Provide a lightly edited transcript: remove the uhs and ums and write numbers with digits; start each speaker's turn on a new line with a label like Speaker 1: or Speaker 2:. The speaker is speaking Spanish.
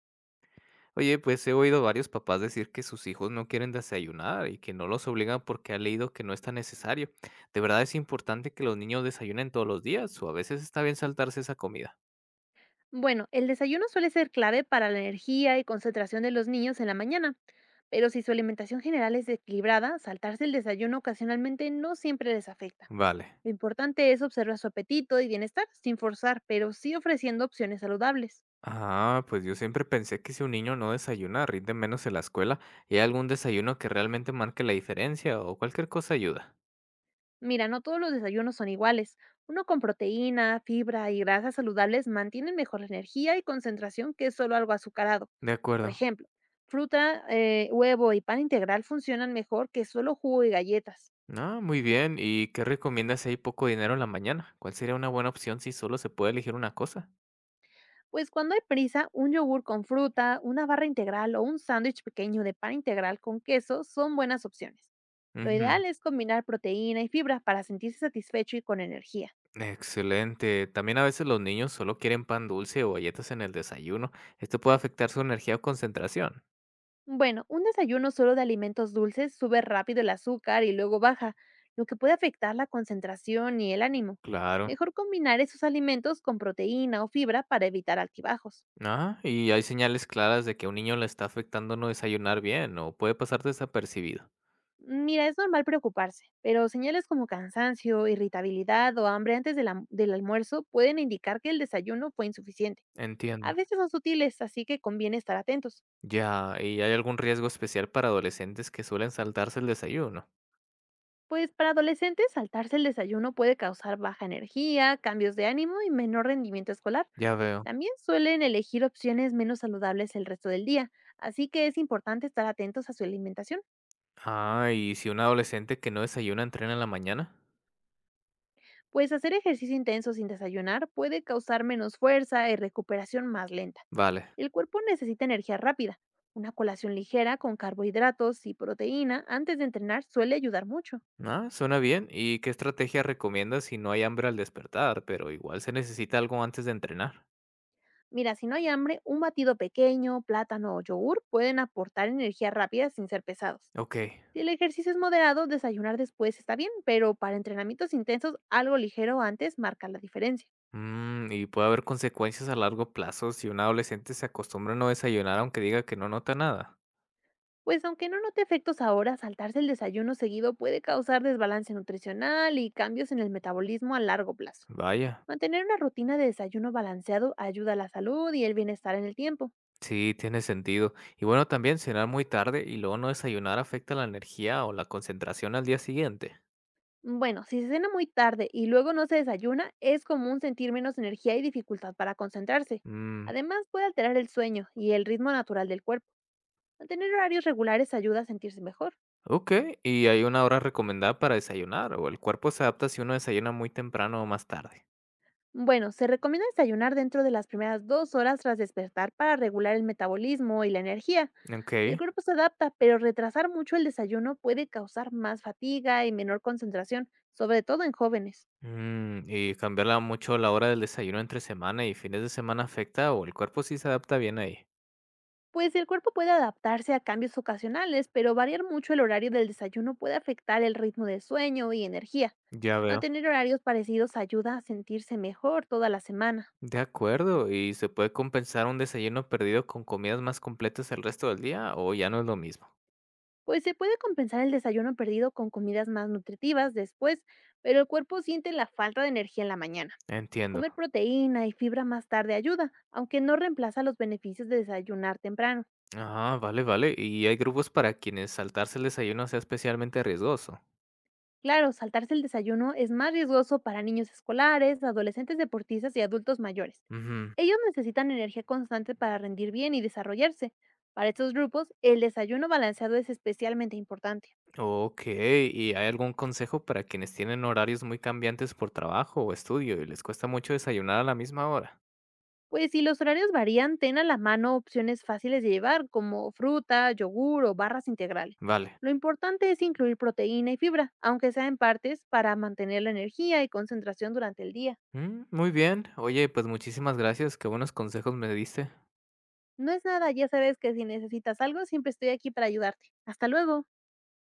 Speaker 1: Oye, pues he oído varios papás decir que sus hijos no quieren desayunar y que no los obligan porque han leído que no es tan necesario. ¿De verdad es importante que los niños desayunen todos los días o a veces está bien saltarse esa comida?
Speaker 2: Bueno, el desayuno suele ser clave para la energía y concentración de los niños en la mañana, pero si su alimentación general es equilibrada, saltarse el desayuno ocasionalmente no siempre les afecta.
Speaker 1: Vale.
Speaker 2: Lo importante es observar su apetito y bienestar sin forzar, pero sí ofreciendo opciones saludables.
Speaker 1: Ah, pues yo siempre pensé que si un niño no desayuna, rinde menos en la escuela. ¿Y hay algún desayuno que realmente marque la diferencia o cualquier cosa ayuda?
Speaker 2: Mira, no todos los desayunos son iguales. Uno con proteína, fibra y grasas saludables mantienen mejor la energía y concentración que solo algo azucarado.
Speaker 1: De
Speaker 2: Por
Speaker 1: acuerdo.
Speaker 2: ejemplo, fruta, huevo y pan integral funcionan mejor que solo jugo y galletas.
Speaker 1: Ah, muy bien. ¿Y qué recomiendas si hay poco dinero en la mañana? ¿Cuál sería una buena opción si solo se puede elegir una cosa?
Speaker 2: Pues cuando hay prisa, un yogur con fruta, una barra integral o un sándwich pequeño de pan integral con queso son buenas opciones. Lo
Speaker 1: Ujú.
Speaker 2: ideal es combinar proteína y fibra para sentirse satisfecho y con energía.
Speaker 1: Excelente. También a veces los niños solo quieren pan dulce o galletas en el desayuno. ¿Esto puede afectar su energía o concentración?
Speaker 2: Bueno, un desayuno solo de alimentos dulces sube rápido el azúcar y luego baja, lo que puede afectar la concentración y el ánimo.
Speaker 1: Claro.
Speaker 2: Mejor combinar esos alimentos con proteína o fibra para evitar altibajos.
Speaker 1: ¿Ah, y hay señales claras de que a un niño le está afectando no desayunar bien o puede pasar desapercibido?
Speaker 2: Mira, es normal preocuparse, pero señales como cansancio, irritabilidad o hambre antes del almuerzo pueden indicar que el desayuno fue insuficiente.
Speaker 1: Entiendo.
Speaker 2: A veces son sutiles, así que conviene estar atentos.
Speaker 1: Ya, ¿y hay algún riesgo especial para adolescentes que suelen saltarse el desayuno?
Speaker 2: Pues para adolescentes, saltarse el desayuno puede causar baja energía, cambios de ánimo y menor rendimiento escolar.
Speaker 1: Ya veo.
Speaker 2: También suelen elegir opciones menos saludables el resto del día, así que es importante estar atentos a su alimentación.
Speaker 1: Ah, ¿y si un adolescente que no desayuna entrena en la mañana?
Speaker 2: Pues hacer ejercicio intenso sin desayunar puede causar menos fuerza y recuperación más lenta.
Speaker 1: Vale.
Speaker 2: El cuerpo necesita energía rápida. Una colación ligera con carbohidratos y proteína antes de entrenar suele ayudar mucho.
Speaker 1: Ah, suena bien. ¿Y qué estrategia recomiendas si no hay hambre al despertar, pero igual se necesita algo antes de entrenar?
Speaker 2: Mira, si no hay hambre, un batido pequeño, plátano o yogur pueden aportar energía rápida sin ser pesados.
Speaker 1: Ok.
Speaker 2: Si el ejercicio es moderado, desayunar después está bien, pero para entrenamientos intensos, algo ligero antes marca la diferencia.
Speaker 1: ¿Mm, y puede haber consecuencias a largo plazo si un adolescente se acostumbra a no desayunar aunque diga que no nota nada?
Speaker 2: Pues aunque no note efectos ahora, saltarse el desayuno seguido puede causar desbalance nutricional y cambios en el metabolismo a largo plazo.
Speaker 1: Vaya.
Speaker 2: Mantener una rutina de desayuno balanceado ayuda a la salud y el bienestar en el tiempo.
Speaker 1: Sí, tiene sentido. ¿Y bueno, también cenar muy tarde y luego no desayunar afecta la energía o la concentración al día siguiente?
Speaker 2: Bueno, si se cena muy tarde y luego no se desayuna, es común sentir menos energía y dificultad para concentrarse.
Speaker 1: Mm,
Speaker 2: Además, puede alterar el sueño y el ritmo natural del cuerpo. Mantener horarios regulares ayuda a sentirse mejor.
Speaker 1: ok. ¿Y hay una hora recomendada para desayunar o el cuerpo se adapta si uno desayuna muy temprano o más tarde?
Speaker 2: Bueno, se recomienda desayunar dentro de las primeras 2 horas tras despertar para regular el metabolismo y la energía.
Speaker 1: Ok.
Speaker 2: El cuerpo se adapta, pero retrasar mucho el desayuno puede causar más fatiga y menor concentración, sobre todo en jóvenes.
Speaker 1: Mm, ¿y cambiarla mucho la hora del desayuno entre semana y fines de semana afecta o el cuerpo sí se adapta bien ahí?
Speaker 2: Pues el cuerpo puede adaptarse a cambios ocasionales, pero variar mucho el horario del desayuno puede afectar el ritmo de sueño y energía.
Speaker 1: Ya veo.
Speaker 2: Mantener horarios parecidos ayuda a sentirse mejor toda la semana.
Speaker 1: De acuerdo, ¿y se puede compensar un desayuno perdido con comidas más completas el resto del día o ya no es lo mismo?
Speaker 2: Pues se puede compensar el desayuno perdido con comidas más nutritivas después, pero el cuerpo siente la falta de energía en la mañana.
Speaker 1: Entiendo.
Speaker 2: Comer proteína y fibra más tarde ayuda, aunque no reemplaza los beneficios de desayunar temprano.
Speaker 1: Ah, vale, vale. ¿Y hay grupos para quienes saltarse el desayuno sea especialmente riesgoso?
Speaker 2: Claro, saltarse el desayuno es más riesgoso para niños escolares, adolescentes deportistas y adultos mayores.
Speaker 1: Ujú.
Speaker 2: Ellos necesitan energía constante para rendir bien y desarrollarse. Para estos grupos, el desayuno balanceado es especialmente importante.
Speaker 1: Ok, ¿y hay algún consejo para quienes tienen horarios muy cambiantes por trabajo o estudio y les cuesta mucho desayunar a la misma hora?
Speaker 2: Pues si los horarios varían, ten a la mano opciones fáciles de llevar, como fruta, yogur o barras integrales.
Speaker 1: Vale.
Speaker 2: Lo importante es incluir proteína y fibra, aunque sea en partes, para mantener la energía y concentración durante el día.
Speaker 1: Mm, muy bien. Oye, pues muchísimas gracias. Qué buenos consejos me diste.
Speaker 2: No es nada, ya sabes que si necesitas algo, siempre estoy aquí para ayudarte. Hasta luego.